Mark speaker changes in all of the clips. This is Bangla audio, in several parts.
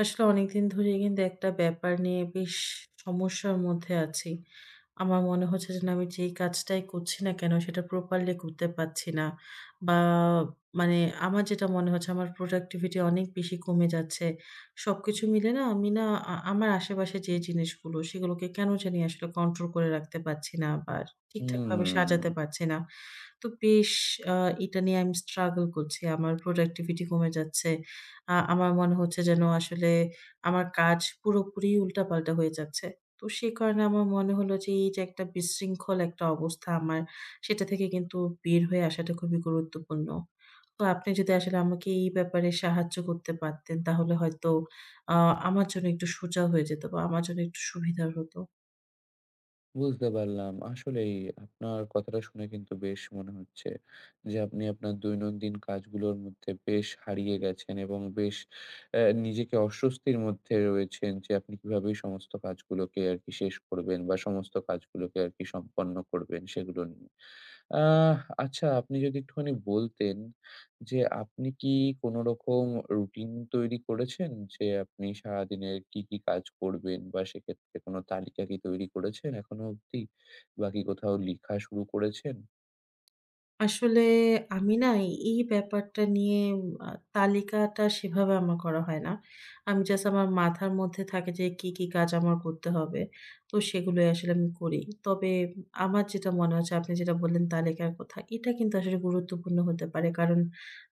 Speaker 1: আসলে অনেকদিন ধরেই কিন্তু একটা ব্যাপার নিয়ে বেশ সমস্যার মধ্যে আছি। আমার মনে হচ্ছে যে না আমি যেই কাজটাই করছি না কেন সেটা প্রপারলি করতে পারছি না। বা মানে আমার যেটা মনে হচ্ছে আমার প্রোডাক্টিভিটি অনেক বেশি কমে যাচ্ছে। সবকিছু মিলে না আমি না আমার আশেপাশে যে জিনিসগুলো সেগুলোকে কেন জানি আসলে কন্ট্রোল করে রাখতে পারছি না বা ঠিকঠাকভাবে সাজাতে
Speaker 2: হুম,
Speaker 1: পারছি না। তো বেশ আ এটা নিয়ে আমি স্ট্রাগল করছি। আমার প্রোডাক্টিভিটি কমে যাচ্ছে। আমার মনে হচ্ছে যেন আসলে আমার কাজ পুরোপুরি উল্টাপাল্টা হয়ে যাচ্ছে। তো সে কারণে আমার মনে হলো যে এই যে একটা বিশৃঙ্খল একটা অবস্থা আমার, সেটা থেকে কিন্তু বের হয়ে আসাটা খুবই গুরুত্বপূর্ণ। তো আপনি যদি আসলে আমাকে এই ব্যাপারে সাহায্য করতে পারতেন তাহলে হয়তো আ আমার জন্য একটু সোজা হয়ে যেত বা আমার জন্য একটু সুবিধার হতো।
Speaker 2: বুঝতে পারলাম। আসলেই আপনার কথাটা শুনে কিন্তু বেশ মনে হচ্ছে যে, আপনি আপনার দৈনন্দিন কাজগুলোর মধ্যে বেশ হারিয়ে গেছেন এবং বেশ নিজেকে অস্বস্তির মধ্যে রয়েছেন যে, আপনি কিভাবে এই সমস্ত কাজগুলোকে আরকি শেষ করবেন বা সমস্ত কাজগুলোকে আরকি সম্পন্ন করবেন সেগুলো নিয়ে। আহ আচ্ছা, আপনি যদি একটুখানি বলতেন যে আপনি কি কোনরকম রুটিন তৈরি করেছেন? যে আপনি সারাদিনের কি, কি কাজ করবেন? বা সেক্ষেত্রে কোন তালিকা কি তৈরি করেছেন এখনো অবধি? বা কি কোথাও লিখা শুরু করেছেন?
Speaker 1: আসলে আমি না এই এই ব্যাপারটা নিয়ে আ তালিকাটা সেভাবে আমার করা হয় না। আমি জাস্ট আমার মাথার মধ্যে থাকে যে কি, কি কাজ আমার করতে হবে। তো সেগুলোই আসলে আমি করি। তবে আমার যেটা মনে হচ্ছে আপনি যেটা বললেন তালিকার কথা, এটা কিন্তু আসলে গুরুত্বপূর্ণ হতে পারে। কারণ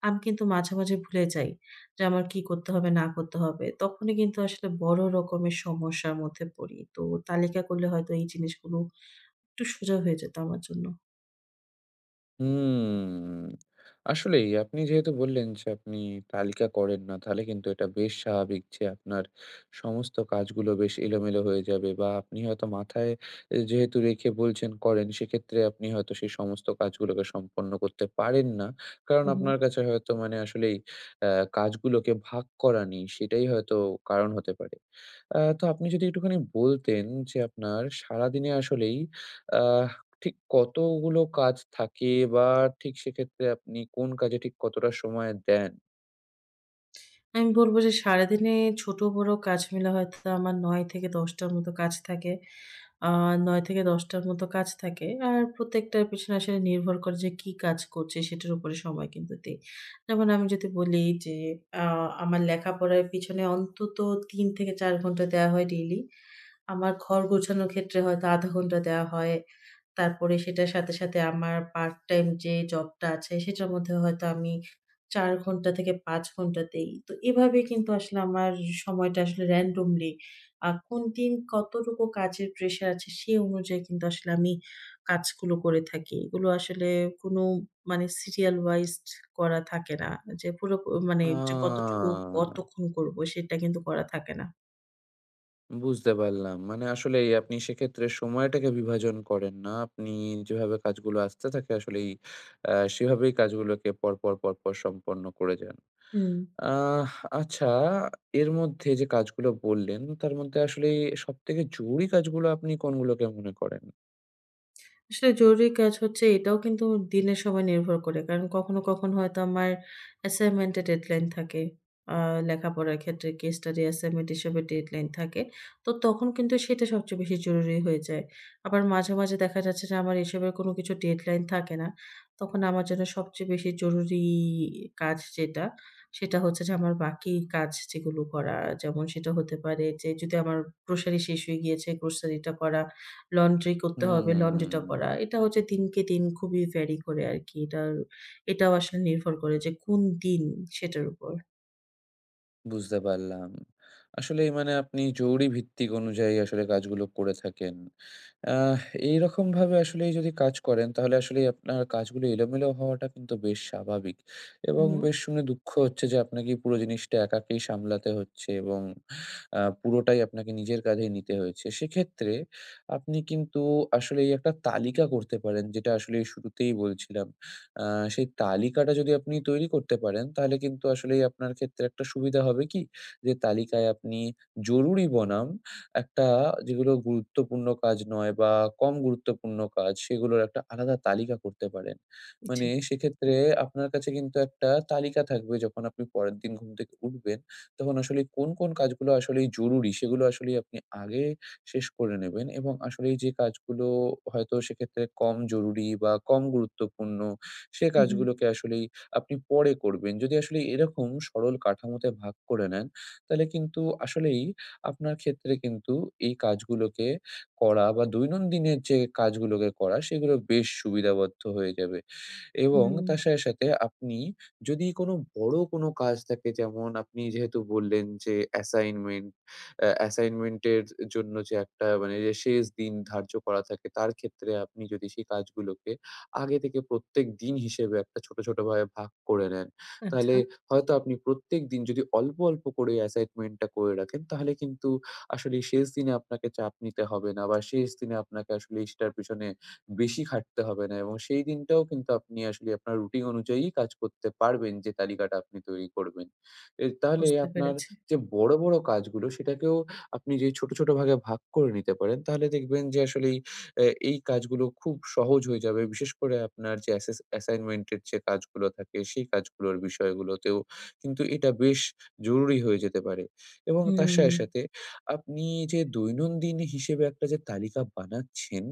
Speaker 1: আমি কিন্তু মাঝে, মাঝে ভুলে যাই যে আমার কি করতে হবে না করতে হবে। তখনই কিন্তু আসলে বড় রকমের সমস্যার মধ্যে পড়ি। তো তালিকা করলে হয়তো এই জিনিসগুলো একটু সোজা হয়ে যেত আমার জন্য।
Speaker 2: হুম। আসলেই আপনি যেহেতু বললেন যে আপনি তালিকা করেন না, তাহলে কিন্তু এটা বেশ স্বাভাবিক যে আপনার সমস্ত কাজগুলো বেশ এলোমেলো হয়ে যাবে বা আপনি হয়তো মাথায় যেহেতু রেখে বলছেন করেন, সেক্ষেত্রে আপনি হয়তো সেই সমস্ত কাজগুলোকে সম্পন্ন করতে পারেন না। কারণ
Speaker 1: হু, হু।
Speaker 2: আপনার কাছে হয়তো মানে আসলেই অ্যা কাজগুলোকে ভাগ করা নেই, সেটাই হয়তো কারণ হতে পারে। তো আপনি যদি একটুখানি বলতেন যে আপনার সারাদিনে আসলেই আ ঠিক কতগুলো কাজ থাকে বা ঠিক সেক্ষেত্রে আপনি কোন কাজে ঠিক কতটা সময় দেন?
Speaker 1: আমি বলব যে সারাদিনে ছোট বড় কাজ মিলে হয়তো আমার ৯-১০টার মতো কাজ থাকে। আ ৯-১০টার মতো কাজ থাকে। আর প্রত্যেকটার পেছনে আসলে নির্ভর করে যে কি কাজ করছি সেটার উপরে সময় কিন্তু দেই। যেমন আমি যদি বলি যে আ আমার লেখাপড়ার পিছনে অন্তত ৩ থেকে ৪ ঘন্টা দেয়া হয় ডেইলি। আমার ঘর গোছানোর ক্ষেত্রে হয়তো ০.৫ ঘন্টা দেয়া হয়। তারপরে সেটার সাথে, সাথে আমার পার্ট টাইম যে জবটা আছে সেটার মধ্যে হয়তো আমি ৪ ঘন্টা থেকে ৫ ঘন্টা দেই। তো এভাবে কিন্তু আসলে আমার সময়টা আসলে randomly কোন দিন কতটুকু কাজের প্রেশার আছে সে অনুযায়ী কিন্তু আসলে আমি কাজগুলো করে থাকি। এগুলো আসলে কোন মানে serial wise করা থাকে না। যে পুরো মানে
Speaker 2: আ
Speaker 1: যে কতটুকু কতক্ষণ করব সেটা কিন্তু করা থাকে না।
Speaker 2: বুঝতে পারলাম। মানে আসলেই আপনি সেক্ষেত্রে সময়টাকে বিভাজন করেন না। আপনি যেভাবে কাজগুলো আসতে থাকে আসলেই আ সেভাবেই কাজগুলোকে পরপর, পরপর সম্পন্ন করে যান।
Speaker 1: হুম।
Speaker 2: আহ আচ্ছা, এর মধ্যে যে কাজগুলো বললেন তার মধ্যে আসলে সবথেকে জরুরি কাজগুলো আপনি কোনগুলোকে মনে করেন?
Speaker 1: আসলে জরুরি কাজ হচ্ছে এটাও কিন্তু দিনের সময় নির্ভর করে। কারণ কখনো, কখনো হয়তো আমার অ্যাসাইনমেন্ট এর ডেডলাইন থাকে। আ লেখাপড়ার ক্ষেত্রে কেস স্টাডি অ্যাসাইনমেন্ট হিসেবের ডেডলাইন থাকে। তো তখন কিন্তু সেটা সবচেয়ে বেশি জরুরি হয়ে যায়। আবার মাঝে, মাঝে দেখা যাচ্ছে যে আমার এসবের কোনো কিছু ডেডলাইন থাকে না। তখন আমার জন্য সবচেয়ে বেশি জরুরি কাজ যেটা, সেটা হচ্ছে যে আমার বাকি কাজ যেগুলো করা। যেমন সেটা হতে পারে যে যদি আমার গ্রোসারি শেষ হয়ে গিয়েছে, গ্রোসারিটা করা। লন্ড্রি করতে হবে, লন্ড্রিটা
Speaker 2: হুম।
Speaker 1: করা। এটা হচ্ছে দিনকে দিন খুবই ভ্যারি করে আরকি। এটার এটাও আসলে নির্ভর করে যে কোন দিন সেটার উপর।
Speaker 2: বুঝতে পারলাম। আসলেই মানে আপনি জরুরি ভিত্তিক অনুযায়ী আসলে কাজগুলো করে থাকেন। আহ এইরকমভাবে আসলেই যদি কাজ করেন তাহলে আসলেই আপনার কাজগুলো এলোমেলো হওয়াটা কিন্তু বেশ স্বাভাবিক
Speaker 1: হু,
Speaker 2: এবং
Speaker 1: হু।
Speaker 2: বেশ শুনে দুঃখ হচ্ছে যে আপনাকে এই পুরো জিনিসটা একাকেই সামলাতে হচ্ছে এবং পুরোটাই আপনাকে নিজের কাঁধেই নিতে হয়েছে। সেক্ষেত্রে আপনি কিন্তু আসলেই একটা তালিকা করতে পারেন, যেটা আসলে শুরুতেই বলছিলাম। আ সেই তালিকাটা যদি আপনি তৈরি করতে পারেন, তাহলে কিন্তু আসলেই আপনার ক্ষেত্রে একটা সুবিধা হবে কি? যে তালিকায় আপনি জরুরি বনাম একটা যেগুলো গুরুত্বপূর্ণ কাজ নয় বা কম গুরুত্বপূর্ণ কাজ, সেগুলোর একটা আলাদা তালিকা করতে পারেন।
Speaker 1: জি।
Speaker 2: মানে সেক্ষেত্রে আপনার কাছে কিন্তু একটা তালিকা থাকবে, যখন আপনি পরের দিন ঘুম থেকে উঠবেন, তখন আসলে কোন, কোন কাজগুলো আসলেই জরুরি, সেগুলো আসলেই আপনি আগে শেষ করে নেবেন এবং আসলেই যে কাজগুলো হয়তো সেক্ষেত্রে কম জরুরি বা কম গুরুত্বপূর্ণ, সে
Speaker 1: হু, হু।
Speaker 2: কাজগুলোকে আসলেই আপনি পরে করবেন। যদি আসলে এরকম সরল কাঠামোতে ভাগ করে নেন, তাহলে কিন্তু আসলেই আপনার ক্ষেত্রে কিন্তু এই কাজগুলোকে করা বা দৈনন্দিনের যে কাজগুলোকে করা, সেগুলো বেশ সুবিধাবদ্ধ হয়ে যাবে। এবং
Speaker 1: হুম।
Speaker 2: তার সাথে, সাথে আপনি যদি কোনো বড় কোনো কাজ থাকে, যেমন আপনি যেহেতু বললেন যে অ্যাসাইনমেন্ট, অ্যাসাইনমেন্টের জন্য যে একটা মানে যে শেষ দিন ধার্য করা থাকে, তার ক্ষেত্রে আপনি যদি সেই কাজগুলোকে আগে থেকে প্রত্যেক দিন হিসেবে একটা ছোট, ছোট ভাবে ভাগ করে নেন, তাহলে
Speaker 1: আচ্ছা
Speaker 2: হয়তো আপনি প্রত্যেকদিন যদি অল্প, অল্প করে অ্যাসাইনমেন্টটা করে রাখেন, তাহলে কিন্তু আসলে এই শেষ দিনে আপনাকে চাপ নিতে হবে না বা শেষ দিনে আপনাকে আসলে সেটার পিছনে বেশি খাটতে হবে না এবং সেই দিনটাও কিন্তু আপনি আসলে আপনার রুটিন অনুযায়ী কাজ করতে পারবেন, যে তালিকাটা আপনি তৈরি করবেন। তাহলে
Speaker 1: বুঝতে
Speaker 2: আপনার
Speaker 1: পেরেছি।
Speaker 2: যে বড়, বড় কাজগুলো সেটাকেও আপনি যে ছোট, ছোট ভাগে ভাগ করে নিতে পারেন, তাহলে দেখবেন যে আসলেই এই কাজগুলো খুব সহজ হয়ে যাবে। বিশেষ করে আপনার যে অ্যাসাইনমেন্টের যে কাজগুলো থাকে সেই কাজগুলোর বিষয়গুলোতেও কিন্তু এটা বেশ জরুরি হয়ে যেতে পারে এবং তার
Speaker 1: হুম।
Speaker 2: সাথে, সাথে আপনি যে দৈনন্দিন হিসেবে একটা যে তালিকা বানাচ্ছেন,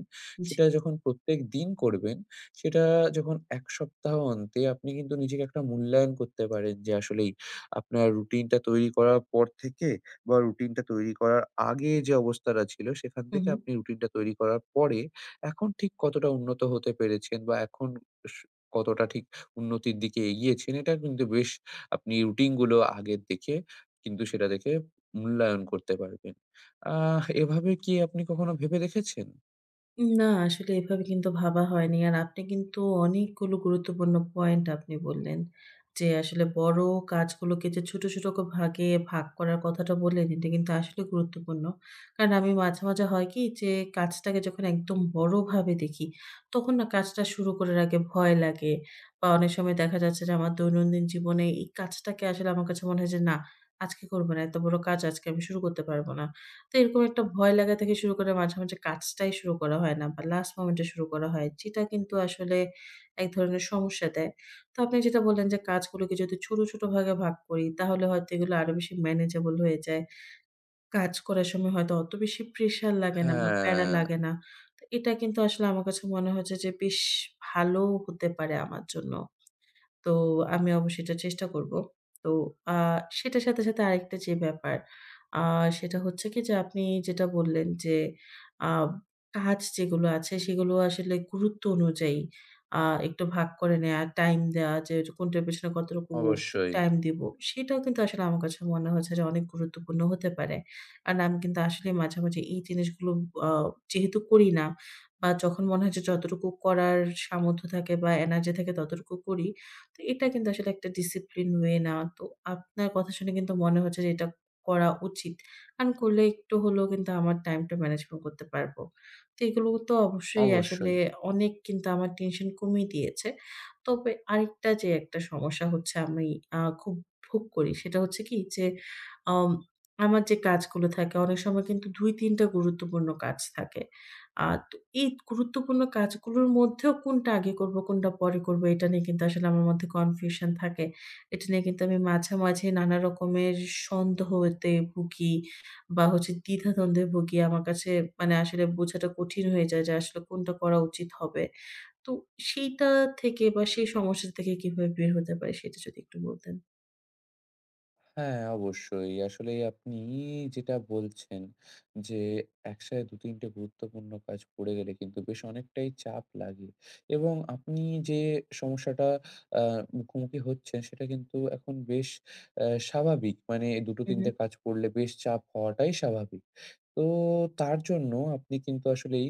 Speaker 1: জি।
Speaker 2: সেটা যখন প্রত্যেকদিন করবেন, সেটা যখন ১ সপ্তাহ অন্তে আপনি কিন্তু নিজেকে একটা মূল্যায়ন করতে পারেন যে আসলেই আপনার রুটিনটা তৈরি করার পর থেকে বা রুটিনটা তৈরি করার আগে যে অবস্থাটা ছিল, সেখান
Speaker 1: হু,
Speaker 2: থেকে
Speaker 1: হু।
Speaker 2: আপনি রুটিনটা তৈরি করার পরে এখন ঠিক কতটা উন্নত হতে পেরেছেন বা এখন স কতটা ঠিক উন্নতির দিকে এগিয়েছেন, এটা কিন্তু বেশ আপনি রুটিনগুলো আগের দেখে কিন্তু সেটা দেখে মূল্যায়ন করতে পারবেন। এভাবে কি আপনি কখনো ভেবে দেখেছেন?
Speaker 1: না, আসলে এভাবে কিন্তু ভাবা হয়নি। আর আপনি কিন্তু অনেকগুলো গুরুত্বপূর্ণ পয়েন্ট আপনি বললেন। যে আসলে বড় কাজগুলোকে যে ছোট, ছোট ভাগে ভাগ করার কথাটা বললেন, এটা কিন্তু আসলে গুরুত্বপূর্ণ। কারণ আমি মাঝে, মাঝে হয় কি যে কাজটাকে যখন একদম বড়ভাবে দেখি, তখন না কাজটা শুরু করার আগে ভয় লাগে। বা অনেক সময় দেখা যাচ্ছে যে আমার দৈনন্দিন জীবনে এই কাজটাকে আসলে আমার কাছে মনে হয় যে, "না, আজকে করব না। এত বড় কাজ আজকে আমি শুরু করতে পারব না।" তো এরকম একটা ভয় লাগা থেকে শুরু করে মাঝে, মাঝে কাজটাই শুরু করা হয় না বা লাস্ট মোমেন্টে শুরু করা হয়। যেটা কিন্তু আসলে এক ধরনের সমস্যা দেয়। তো আপনি যেটা বললেন যে কাজগুলোকে যদি ছোট, ছোট ভাগে ভাগ করি তাহলে হয়তো এগুলো আরো বেশি ম্যানেজেবল হয়ে যায়। কাজ করার সময় হয়তো অত বেশি প্রেশার লাগে না বা প্যারা
Speaker 2: হ্যাঁ,
Speaker 1: লাগে না। তো এটা কিন্তু আসলে আমার কাছে মনে হচ্ছে যে বেশ ভালো হতে পারে আমার জন্য। তো আমি অবশ্যই এটা চেষ্টা করব। তো আ সেটার সাথে, সাথে আরেকটা যে ব্যাপার আ সেটা হচ্ছে কি যে আপনি যেটা বললেন যে আ কাজ যেগুলো আছে সেগুলো আসলে গুরুত্ব অনুযায়ী আ একটু ভাগ করে নেয়া, টাইম দেয়া যে কোনটার পেছনে কতটুকু
Speaker 2: অবশ্যই,
Speaker 1: টাইম দিব সেটাও কিন্তু আসলে আমার কাছে মনে হচ্ছে যে অনেক গুরুত্বপূর্ণ হতে পারে। কারণ আমি কিন্তু আসলে মাঝে, মাঝে এই জিনিসগুলো আ যেহেতু করি না বা যখন মনে হয় যে যতটুকু করার সামর্থ্য থাকে বা এনার্জি থাকে ততটুকু করি। তো এটা কিন্তু আসলে একটা ডিসিপ্লিন ওয়ে না। তো আপনার কথা শুনে কিন্তু মনে হচ্ছে যে এটা করা উচিত। কারণ করলে একটু হলেও কিন্তু আমার টাইমটা ম্যানেজমেন্ট করতে পারবো। তো এগুলো তো অবশ্যই আসলে
Speaker 2: অবশ্যই।
Speaker 1: অনেক কিন্তু আমার টেনশন কমিয়ে দিয়েছে। তবে আরেকটা যে একটা সমস্যা হচ্ছে আমি খুব ভোগ করি সেটা হচ্ছে কি যে আম আমার যে কাজগুলো থাকে অনেক সময় কিন্তু ২-৩ টা গুরুত্বপূর্ণ কাজ থাকে। আ তো এই গুরুত্বপূর্ণ কাজগুলোর মধ্যেও কোনটা আগে করব, কোনটা পরে করব এটা নিয়ে কিন্তু আসলে আমার মধ্যে কনফিউশন থাকে। এটা নিয়ে কিন্তু আমি মাঝে, মাঝে নানা রকমের সন্দেহতে ভুগি বা হচ্ছে দ্বিধাদ্বন্দ্বে ভুগি। আমার কাছে মানে আসলে বোঝাটা কঠিন হয়ে যায় যে আসলে কোনটা করা উচিত হবে। তো সেইটা থেকে বা সেই সমস্যা থেকে কিভাবে বের হতে পারি সেটা যদি একটু বলতেন।
Speaker 2: হ্যাঁ, অবশ্যই। আসলে আপনি যেটা বলছেন যে, একসাথে ২-৩ টে গুরুত্বপূর্ণ কাজ পড়ে গেলে কিন্তু বেশ অনেকটাই চাপ লাগে এবং আপনি যে সমস্যাটা আ মুখোমুখি হচ্ছেন সেটা কিন্তু এখন বেশ স্বাভাবিক। মানে
Speaker 1: হু,
Speaker 2: ২-৩
Speaker 1: হু।
Speaker 2: টে কাজ পড়লে বেশ চাপ হওয়াটাই স্বাভাবিক। তো তার জন্য আপনি কিন্তু আসলেই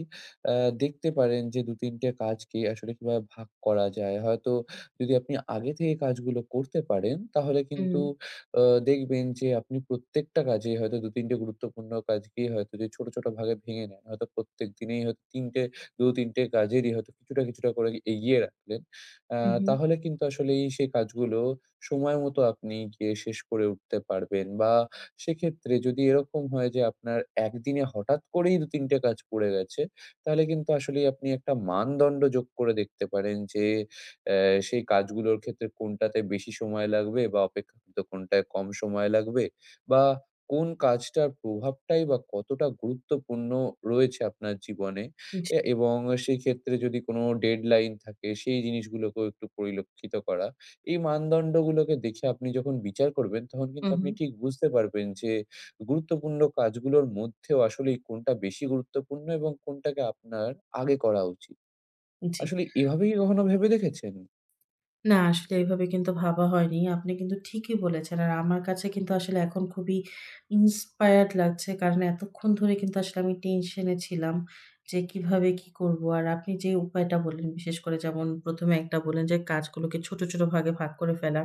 Speaker 2: আ দেখতে পারেন যে ২-৩ টে কাজকে আসলে কিভাবে ভাগ করা যায়। হয়তো যদি আপনি আগে থেকে কাজগুলো করতে পারেন, তাহলে
Speaker 1: হুম,
Speaker 2: কিন্তু আ দেখবেন যে আপনি প্রত্যেকটা কাজে হয়তো ২-৩ টে গুরুত্বপূর্ণ কাজকেই হয়তো যে ছোট, ছোট ভাগে ভেঙে নেন। হয়তো প্রত্যেক দিনেই হয়তো ৩ টে ২-৩ টে কাজেরই হয়তো কিছুটা, কিছুটা করে এগিয়ে রাখলেন। আ
Speaker 1: হু, হু।
Speaker 2: তাহলে কিন্তু আসলেই সেই কাজগুলো সময় মতো আপনি গিয়ে শেষ করে উঠতে পারবেন বা সেক্ষেত্রে যদি এরকম হয় যে আপনার একদিনে হঠাৎ করেই ২-৩ টে কাজ পড়ে গেছে, তাহলে কিন্তু আসলেই আপনি একটা মানদণ্ড যোগ করে দেখতে পারেন যে অ্যা সেই কাজগুলোর ক্ষেত্রে কোনটাতে বেশি সময় লাগবে বা অপেক্ষাকৃত কোনটায় কম সময় লাগবে? বা কোন কাজটার প্রভাবটাই বা কতটা গুরুত্বপূর্ণ রয়েছে আপনার জীবনে?
Speaker 1: জি।
Speaker 2: এবং সেক্ষেত্রে যদি কোনো ডেডলাইন থাকে সেই জিনিসগুলোকেও একটু পরিলক্ষিত করা। এই মানদণ্ডগুলোকে দেখে আপনি যখন বিচার করবেন তখন
Speaker 1: হু,
Speaker 2: কিন্তু
Speaker 1: হু।
Speaker 2: আপনি ঠিক বুঝতে পারবেন যে গুরুত্বপূর্ণ কাজগুলোর মধ্যেও আসলেই কোনটা বেশি গুরুত্বপূর্ণ এবং কোনটাকে আপনার আগে করা উচিত।
Speaker 1: জি।
Speaker 2: আসলে এভাবেই কখনো ভেবে দেখেছেন?
Speaker 1: না, আসলে এভাবে কিন্তু ভাবা হয়নি। আপনি কিন্তু ঠিকই বলেছেন। আর আমার কাছে কিন্তু আসলে এখন খুবই ইন্সপায়ার্ড লাগছে। কারণ এতক্ষণ ধরে কিন্তু আসলে আমি টেনশনে ছিলাম যে কিভাবে কি করব। আর আপনি যে উপায়টা বললেন বিশেষ করে যেমন প্রথম এ একটা বললেন যে কাজগুলোকে ছোট, ছোট ভাগে ভাগ করে ফেলা।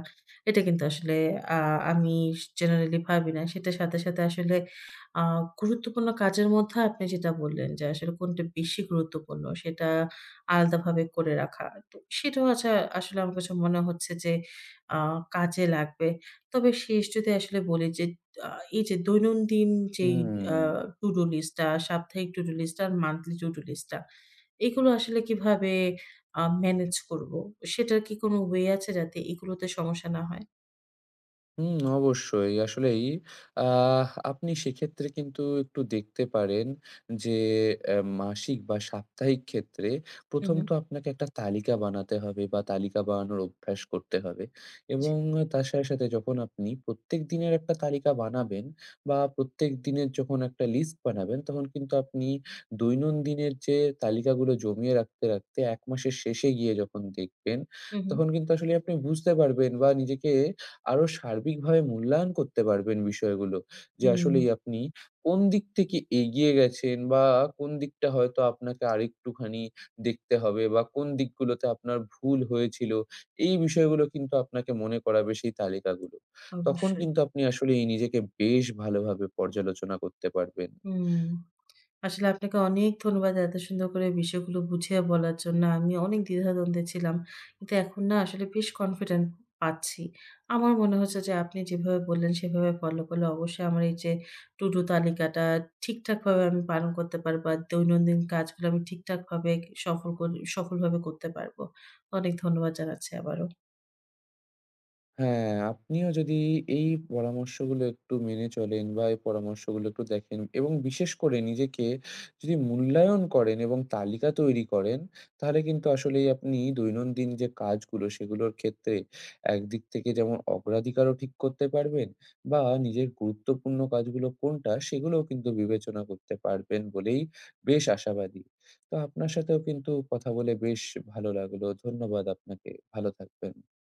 Speaker 1: এটা কিন্তু আসলে আ আমি জেনারেলি ভাবি না। সেটার সাথে, সাথে আসলে আ গুরুত্বপূর্ণ কাজের মধ্যে আপনি যেটা বললেন যে আসলে কোনটা বেশি গুরুত্বপূর্ণ সেটা আলাদাভাবে করে রাখা। তো সেটাও আচ্ছা আসলে আমার কাছে মনে হচ্ছে যে আ কাজে লাগবে। তবে শেষ যদি আসলে বলি যে আ এই যে দৈনন্দিন যেই আ
Speaker 2: হুম।
Speaker 1: to do list টা, সাপ্তাহিক to do list টা আর monthly to do list টা, এগুলো আসলে কিভাবে ম্যানেজ করব? সেটার কি কোনো ওয়ে আছে যাতে এগুলোতে সমস্যা না হয়?
Speaker 2: হুম, অবশ্যই। আসলেই আহ আপনি সেক্ষেত্রে কিন্তু একটু দেখতে পারেন যে মাসিক বা সাপ্তাহিক ক্ষেত্রে
Speaker 1: হু,
Speaker 2: ১ম
Speaker 1: হু।
Speaker 2: তো আপনাকে একটা তালিকা বানাতে হবে বা তালিকা বানানোর অভ্যাস করতে হবে
Speaker 1: জি।
Speaker 2: এবং তার সাথে, সাথে যখন আপনি প্রত্যেক দিনের একটা তালিকা বানাবেন বা প্রত্যেক দিনের যখন একটা লিস্ট বানাবেন, তখন কিন্তু আপনি দৈনন্দিনের যে তালিকাগুলো জমিয়ে রাখতে, রাখতে ১ মাসের শেষে গিয়ে যখন দেখবেন,
Speaker 1: হু, হু।
Speaker 2: তখন কিন্তু আসলে আপনি বুঝতে পারবেন বা নিজেকে আরো সার্বিকভাবে মূল্যায়ন করতে পারবেন বিষয়গুলো। যে
Speaker 1: হুম,
Speaker 2: আসলেই আপনি কোন দিক থেকে এগিয়ে গেছেন বা কোন দিকটা হয়তো আপনাকে আরেকটুখানি দেখতে হবে বা কোন দিকগুলোতে আপনার ভুল হয়েছিল, এই বিষয়গুলো কিন্তু আপনাকে মনে করাবে সেই তালিকাগুলো। তখন
Speaker 1: অবশ্যই।
Speaker 2: কিন্তু আপনি আসলেই নিজেকে বেশ ভালোভাবে পর্যালোচনা করতে পারবেন।
Speaker 1: হুম। আসলে আপনাকে অনেক ধন্যবাদ এত সুন্দর করে বিষয়গুলো বুঝিয়ে বলার জন্য। আমি অনেক দ্বিধাদ্বন্দ্বে ছিলাম। কিন্তু এখন না আসলে বেশ কনফিডেন্ট পাচ্ছি। আমার মনে হচ্ছে যে আপনি যেভাবে বললেন সেভাবে ফলো করলে অবশ্যই আমার এই যে টু ডু তালিকাটা ঠিকঠাকভাবে আমি পালন করতে পারবো। আর দৈনন্দিন কাজগুলো আমি ঠিকঠাকভাবে সফল কর সফলভাবে করতে পারবো। অনেক ধন্যবাদ জানাচ্ছি আবারও।
Speaker 2: হ্যাঁ, আপনিও যদি এই পরামর্শগুলো একটু মেনে চলেন বা এই পরামর্শগুলো একটু দেখেন এবং বিশেষ করে নিজেকে যদি মূল্যায়ন করেন এবং তালিকা তৈরি করেন, তাহলে কিন্তু আসলেই আপনি দৈনন্দিন যে কাজগুলো সেগুলোর ক্ষেত্রে একদিক থেকে যেমন অগ্রাধিকারও ঠিক করতে পারবেন বা নিজের গুরুত্বপূর্ণ কাজগুলো কোনটা সেগুলোও কিন্তু বিবেচনা করতে পারবেন বলেই বেশ আশাবাদী। তো আপনার সাথেও কিন্তু কথা বলে বেশ ভালো লাগলো। ধন্যবাদ আপনাকে। ভালো থাকবেন।